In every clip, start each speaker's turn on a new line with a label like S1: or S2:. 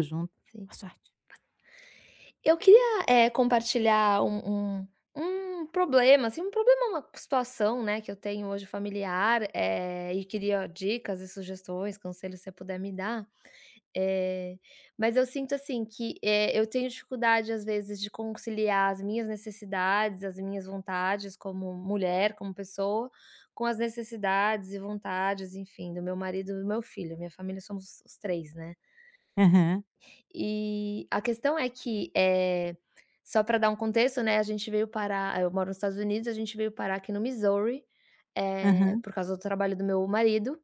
S1: Tudo junto.
S2: Sim.
S1: Boa sorte.
S2: Eu queria, compartilhar um problema, assim, um problema, uma situação, né, que eu tenho hoje familiar, e queria dicas e sugestões, conselhos, se você puder me dar. Eh, mas eu sinto, assim, que, eu tenho dificuldade, às vezes, de conciliar as minhas necessidades, as minhas vontades como mulher, como pessoa, com as necessidades e vontades, enfim, do meu marido e do meu filho. Minha família somos os 3, né.
S1: Aham,
S2: E a questão é que, só para dar um contexto, né, a gente veio parar, eu moro nos Estados Unidos, a gente veio parar aqui no Missouri,
S1: aham,
S2: por causa do trabalho do meu marido,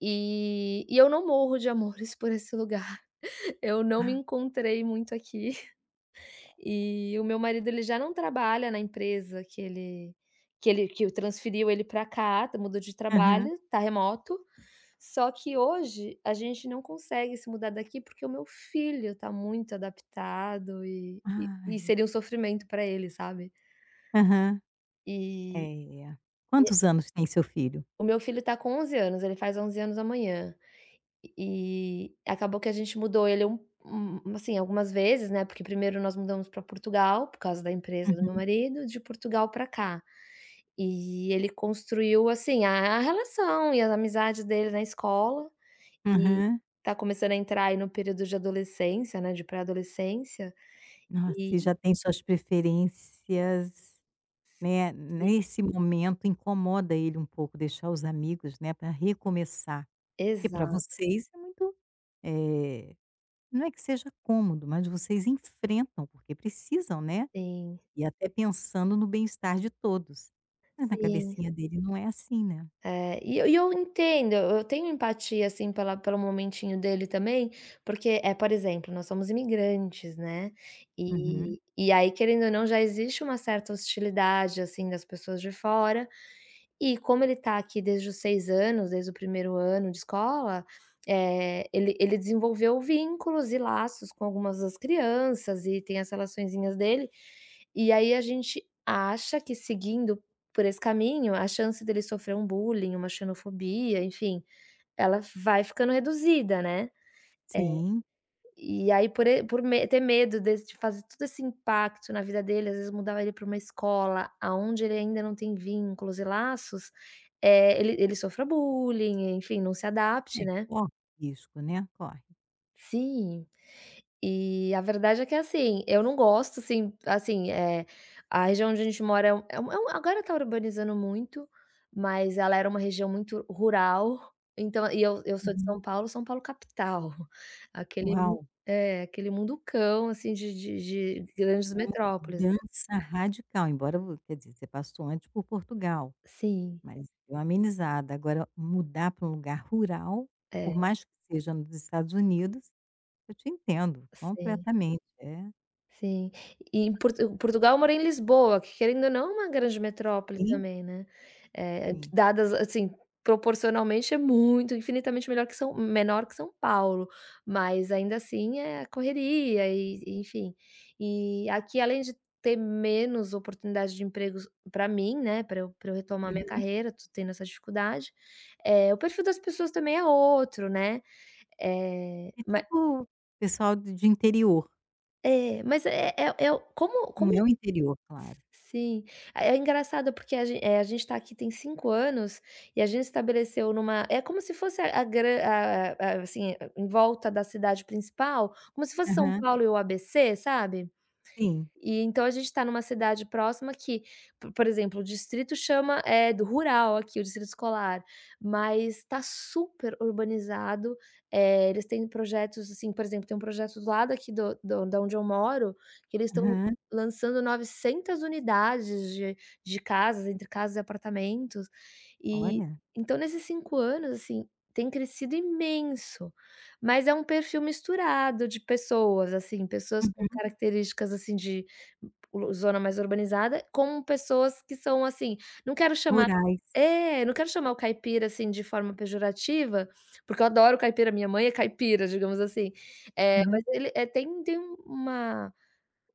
S2: e eu não morro de amores por esse lugar. Eu não me
S1: ah,
S2: encontrei muito aqui. E o meu marido, ele já não trabalha na empresa que o transferiu ele para cá, mudou de trabalho,
S1: aham.
S2: tá remoto. Só que hoje a gente não consegue se mudar daqui, porque o meu filho tá muito adaptado e
S1: Ai.
S2: seria um sofrimento para ele, sabe.
S1: Aham.
S2: E
S1: É. Quantos anos tem seu filho?
S2: o meu filho tá com 11 anos, ele faz 11 anos amanhã. E acabou que a gente mudou ele um assim, algumas vezes, né, porque primeiro nós mudamos para Portugal, por causa da empresa do meu
S1: Uhum.
S2: marido, de Portugal para cá. E ele construiu, assim, a relação e as amizades dele na escola, e
S1: Aham.
S2: tá começando a entrar aí no período de adolescência, né, de pré-adolescência,
S1: Nossa.
S2: e
S1: Se já tem suas preferências, né,
S2: sim,
S1: nesse momento incomoda ele um pouco deixar os amigos, né, para recomeçar. Porque para
S2: exato,
S1: vocês é muito, eh, não é que seja cômodo, mas vocês enfrentam, porque precisam, né,
S2: sim,
S1: e até pensando no bem-estar de todos. Mas na
S2: sim.
S1: cabecinha dele não é assim, né?
S2: É, e eu entendo, eu tenho empatia, assim, pela pelo momentinho dele também, porque, é por exemplo, nós somos imigrantes, né,
S1: Uhum.
S2: e aí, querendo ou não, já existe uma certa hostilidade, assim, das pessoas de fora, e como ele está aqui desde os 6 anos, desde o primeiro ano de escola, ele desenvolveu vínculos e laços com algumas das crianças e tem as relaçõezinhas dele. E aí a gente acha que, seguindo por esse caminho, a chance dele sofrer um bullying, uma xenofobia, enfim, ela vai ficando reduzida, né.
S1: Sim.
S2: E aí por me ter medo desse, de fazer todo esse impacto na vida dele, às vezes mudava ele para uma escola aonde ele ainda não tem vínculos e laços, ele sofra bullying, enfim, não se
S1: É.
S2: adapte, né.
S1: Corre risco, né, corre.
S2: Sim. E a verdade é que, assim, eu não gosto, assim assim, é a região onde a gente mora é um, agora tá urbanizando muito, mas ela era uma região muito rural, então, e eu sou de
S1: Uhum.
S2: São Paulo, São Paulo capital, aquele mu
S1: Uau,
S2: aquele munducão, assim, de grandes
S1: é uma
S2: metrópoles, né.
S1: mudança radical, embora vo quer dizer, você passou antes por Portugal,
S2: Sim,
S1: mas deu uma amenizada. Agora mudar para um lugar rural,
S2: é,
S1: por mais que seja nos Estados Unidos, eu te entendo
S2: sim.
S1: completamente. É,
S2: Sim. E em Portugal eu morei em Lisboa, que, querendo ou não, é uma grande metrópole
S1: sim,
S2: também, né. Eh,
S1: sim.
S2: dadas assim, proporcionalmente, é muito, infinitamente melhor que São, menor que São Paulo, mas ainda assim é correria e enfim. E aqui, além de ter menos oportunidade de empregos para mim, né, para eu retomar minha
S1: Uhum.
S2: carreira, tô tendo essa dificuldade, é o perfil das pessoas também é outro, né. é
S1: É
S2: ma
S1: tipo pessoal de interior,
S2: mas é o como
S1: não
S2: como
S1: é o interior, claro.
S2: Sim. É engraçado porque a gente tá aqui tem 5 anos e a gente estabeleceu numa, é como se fosse a gran a assim, em volta da cidade principal, como se fosse São
S1: Aham,
S2: Paulo e o ABC, sabe?
S1: sim.
S2: E então a gente está numa cidade próxima que, po por exemplo, o distrito chama, é do rural aqui, o distrito escolar, mas está super urbanizado, eles têm projetos, assim, por exemplo, tem um projeto do lado aqui do do da onde eu moro, que eles estão
S1: Aham.
S2: lançando 900 unidades de de casas, entre casas e apartamentos. E
S1: Olha.
S2: então, nesses 5 anos, assim, tem crescido imenso, mas é um perfil misturado de pessoas, assim, pessoas com
S1: Uhum.
S2: características, assim, de o zona mais urbanizada, com pessoas que são assim, não quero chamar
S1: Rurais.
S2: não quero chamar o caipira, assim, de forma pejorativa, porque eu adoro caipira, minha mãe é caipira, digamos assim. Mas
S1: Uhum.
S2: ele, tem uma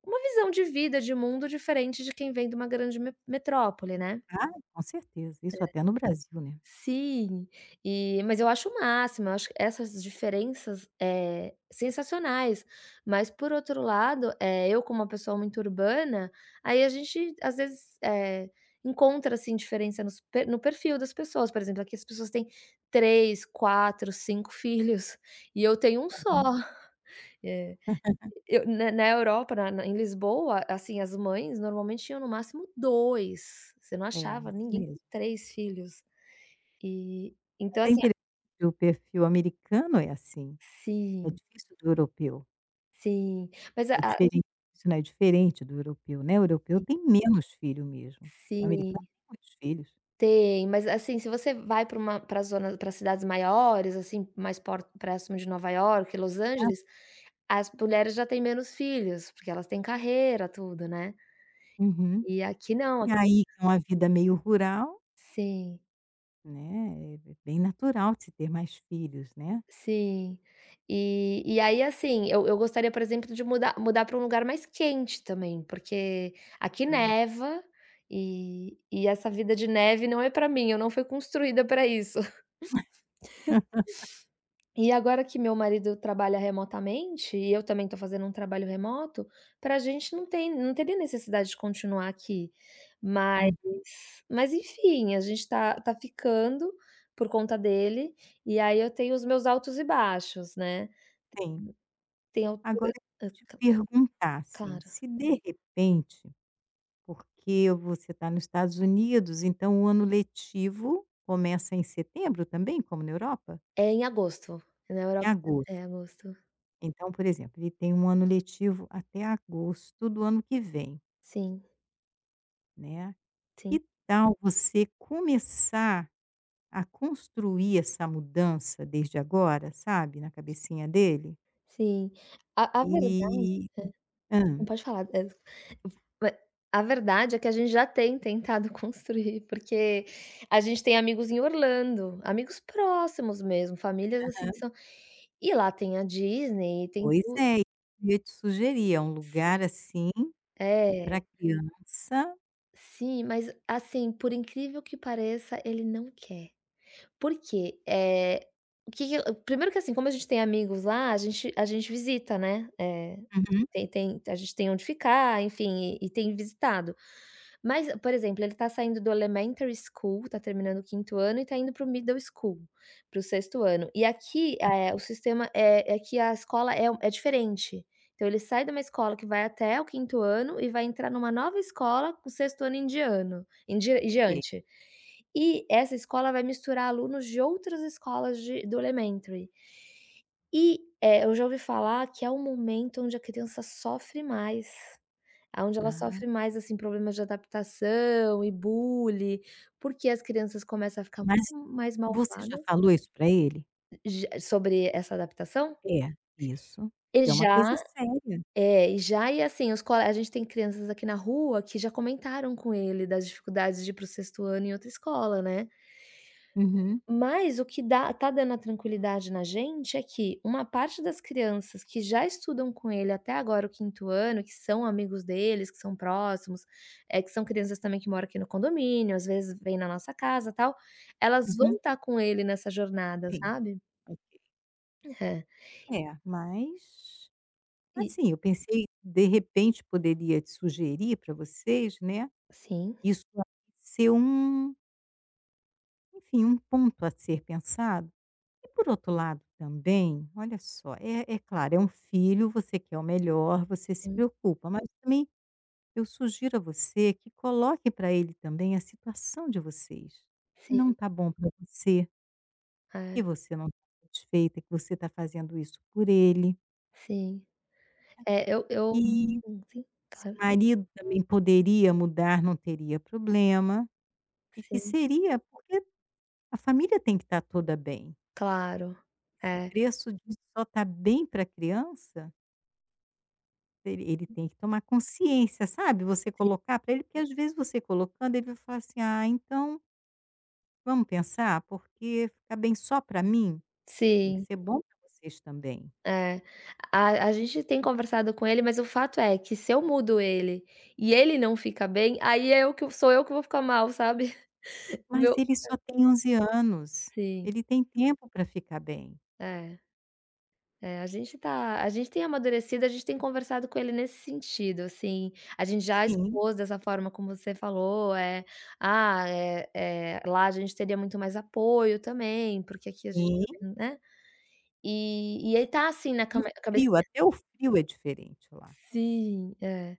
S2: uma visão de vida, de mundo diferente de quem vem de uma grande me metrópole, né.
S1: Ah, com certeza, isso até no Brasil, né.
S2: Sim, mas eu acho o máximo, eu acho essas diferenças, é, sensacionais, mas por outro lado, eu, como uma pessoa muito urbana, aí a gente às vezes, encontra, assim, diferença nos per no perfil das pessoas, por exemplo, aqui as pessoas têm três, quatro, 5 filhos, e eu tenho um só.
S1: Uhum.
S2: Eu na Europa, na na em Lisboa, assim, as mães normalmente tinham no máximo 2. Você não
S1: É,
S2: achava
S1: isso
S2: ninguém com
S1: mesmo.
S2: 3 filhos. E
S1: Mas
S2: então
S1: é
S2: assim
S1: interessante que o perfil americano é assim, é
S2: sim,
S1: difícil do europeu,
S2: sim, mas a
S1: é
S2: a
S1: diferente, isso não é diferente do europeu, né, o europeu tem menos filho mesmo, o americano
S2: sim,
S1: tem muitos filhos.
S2: tem, mas assim, se você vai para uma pra zona pra cidades maiores, assim, mais por próximo de Nova Iorque, Los
S1: Ah,
S2: Angeles, as mulheres já têm menos filhos, porque elas têm carreira, tudo, né.
S1: uhum.
S2: E aqui não,
S1: E
S2: aqui
S1: aí é uma vida meio rural,
S2: sim.
S1: né, é bem natural de se ter mais filhos, né.
S2: Sim. E aí, assim, eu gostaria, por exemplo, de mudar para um lugar mais quente também, porque aqui neva e essa vida de neve não é para mim, eu não fui construída para isso. E agora que meu marido trabalha remotamente e eu também estou fazendo um trabalho remoto, para a gente não teria necessidade de continuar aqui. Mas
S1: Hum.
S2: mas enfim, a gente tá ficando por conta dele, e aí eu tenho os meus altos e baixos, né.
S1: Tem.
S2: Tem altura,
S1: Agora eu
S2: cl
S1: queria te perguntar, assim,
S2: claro.
S1: se de repente porque você está nos Estados Unidos, então o ano letivo começa em setembro também, como na Europa?
S2: É em agosto, na
S1: Em
S2: Europa
S1: agosto.
S2: é agosto.
S1: Então, por exemplo, ele tem um ano letivo até agosto do ano que vem,
S2: Sim,
S1: né.
S2: sim,
S1: Que tal você começar a construir essa mudança desde agora, sabe, na cabecinha dele?
S2: sim. A verdade.
S1: E hã.
S2: Não, pode falar. Eh, Ma a verdade é que a gente já tem tentado construir, porque a gente tem amigos em Orlando, amigos próximos mesmo, famílias, assim, que são, e lá tem a Disney e tem
S1: Pois
S2: tudo.
S1: é, eu ia te sugerir, é um lugar, assim, que
S2: É,
S1: pra criança
S2: sim, mas, assim, por incrível que pareça, ele não quer. Porque, o que que primeiro que, assim, como a gente tem amigos lá, a gente visita, né,
S1: uhum.
S2: tem tem a gente tem onde ficar, enfim, e tem visitado. Mas, por exemplo, ele tá saindo do elementary school, tá terminando o quinto ano e tá indo para o middle school, para o sexto ano. E aqui, o sistema é que a escola é diferente. Então ele sai de uma escola que vai até o quinto ano e vai entrar numa nova escola com o sexto ano em diano em dia em
S1: Ok.
S2: diante. E essa escola vai misturar alunos de outras escolas de do elementary. E, eu já ouvi falar que é o momento onde a criança sofre mais. Aonde ela
S1: Ah,
S2: sofre mais, assim, problemas de adaptação e bullying, porque as crianças começam a ficar
S1: mas
S2: mais
S1: você já
S2: malvadas.
S1: falou isso pra ele?
S2: Já, sobre essa adaptação?
S1: É, isso.
S2: E
S1: É uma
S2: já,
S1: coisa séria.
S2: e já, e assim, os cole a gente tem crianças aqui na rua que já comentaram com ele das dificuldades de ir para o sexto ano em outra escola, né.
S1: Uhum,
S2: Mas o que dá tá dando a tranquilidade na gente é que uma parte das crianças que já estudam com ele até agora, o quinto ano, que são amigos deles, que são próximos, que são crianças também que moram aqui no condomínio, às vezes vêm na nossa casa, tal, elas vão
S1: uhum.
S2: estar com ele nessa jornada,
S1: Sim,
S2: sabe.
S1: ok.
S2: É.
S1: É, mas,
S2: E
S1: assim, eu pensei, de repente, poderia te sugerir para vocês, né,
S2: sim,
S1: isso aí ser um, enfim, um ponto a ser pensado. E por outro lado também, olha só, é é claro, é um filho, você quer o melhor, você se
S2: sim,
S1: preocupa, mas também eu sugiro a você que coloque para ele também a situação de vocês, que não
S2: sim.
S1: está bom para você,
S2: É,
S1: que você não está satisfeita, que você está fazendo isso por ele,
S2: sim. É, eu
S1: que
S2: sim, sim,
S1: seu
S2: claro.
S1: marido também poderia mudar, não teria problema, e que
S2: Sim,
S1: seria porque a família tem que estar toda bem.
S2: claro.
S1: Esse
S2: É,
S1: preço de só estar bem para a criança, ele ele tem que tomar consciência, sabe? Você
S2: si
S1: colocar para ele, porque às vezes você colocando, ele vai falar assim: ah, então vamos pensar? Porque ficar bem só para mim, tem que
S2: sim.
S1: ser bom para vocês também.
S2: É, a gente tem conversado com ele, mas o fato é que, se eu mudo ele e ele não fica bem, aí é eu que vou ficar mal, sabe? O meu,
S1: Mas ele só tem 11 anos,
S2: sim,
S1: ele tem tempo para ficar bem.
S2: é, é, a gente tem amadurecido, a gente tem conversado com ele nesse sentido, assim, a gente já
S1: Sim,
S2: expôs dessa forma como você falou, lá a gente teria muito mais apoio também, porque aqui a gente
S1: sim,
S2: também, né. E ele tá assim na
S1: e o
S2: came
S1: frio,
S2: cabecinha
S1: até o frio é diferente lá.
S2: sim, é.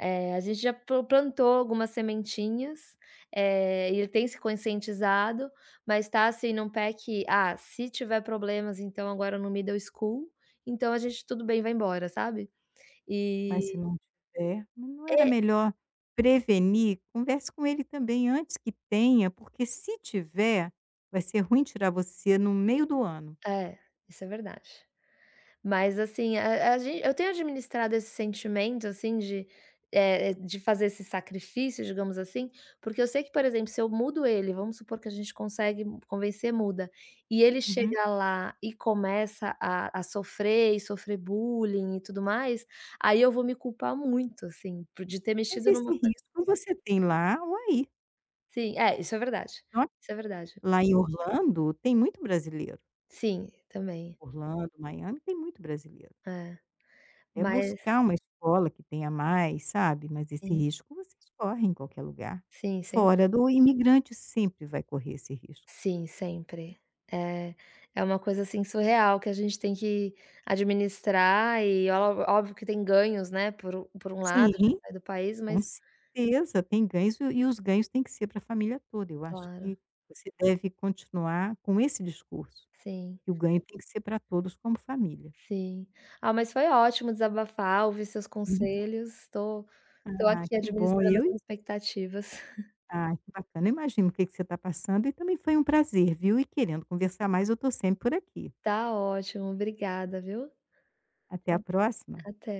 S2: A gente já plantou algumas sementinhas, e ele tem se conscientizado, mas tá, assim, num pé que: "Ah, se tiver problemas, então, agora no middle school, então a gente, tudo bem, vai embora", sabe.
S1: Mas se
S2: E
S1: não tiver, mas não era
S2: é,
S1: melhor prevenir? Converse com ele também antes que tenha, porque se tiver, vai ser ruim tirar você no meio do ano.
S2: é, isso é verdade. Mas assim, a gente eu tenho administrado esse sentimento, assim, de fazer esse sacrifício, digamos assim, porque eu sei que, por exemplo, se eu mudo ele, vamos supor que a gente consegue convencer, muda, e ele
S1: Uhum.
S2: chega lá e começa a sofrer e sofrer bullying e tudo mais, aí eu vou me culpar muito, assim, por de ter
S1: Mas
S2: mexido
S1: esse
S2: numa coisa,
S1: risco você tem lá ou aí.
S2: sim, é, isso é verdade,
S1: Ó,
S2: isso é verdade.
S1: lá em Orlando tem muito brasileiro.
S2: Sim, também.
S1: Orlando, Miami, tem muito brasileiro.
S2: É,
S1: É
S2: mas
S1: buscar uma escola que tenha mais, sabe, mas esse
S2: sim,
S1: risco vocês correm em qualquer lugar.
S2: sim, sem
S1: Fora do imigrante sempre vai correr esse risco.
S2: sim, sempre. É é uma coisa, assim, surreal que a gente tem que administrar, e ó óbvio que tem ganhos, né, por um lado,
S1: Sim,
S2: de sair do país,
S1: com
S2: mas
S1: certeza, tem ganhos e os ganhos têm que ser para a família toda. Eu acho
S2: claro.
S1: que você deve continuar com esse discurso,
S2: Sim,
S1: que o ganho tem que ser para todos como família.
S2: sim. Ah, mas foi ótimo desabafar, ouvir seus
S1: Uhum.
S2: conselhos, Estou tô tô
S1: Ah,
S2: aqui
S1: que bom,
S2: administrando as
S1: eu
S2: expectativas.
S1: ah, que bacana, eu imagino o que que você está passando e também foi um prazer, viu, e querendo conversar mais, eu estou sempre por aqui.
S2: Tá ótimo, obrigada, viu.
S1: Até a próxima.
S2: Até.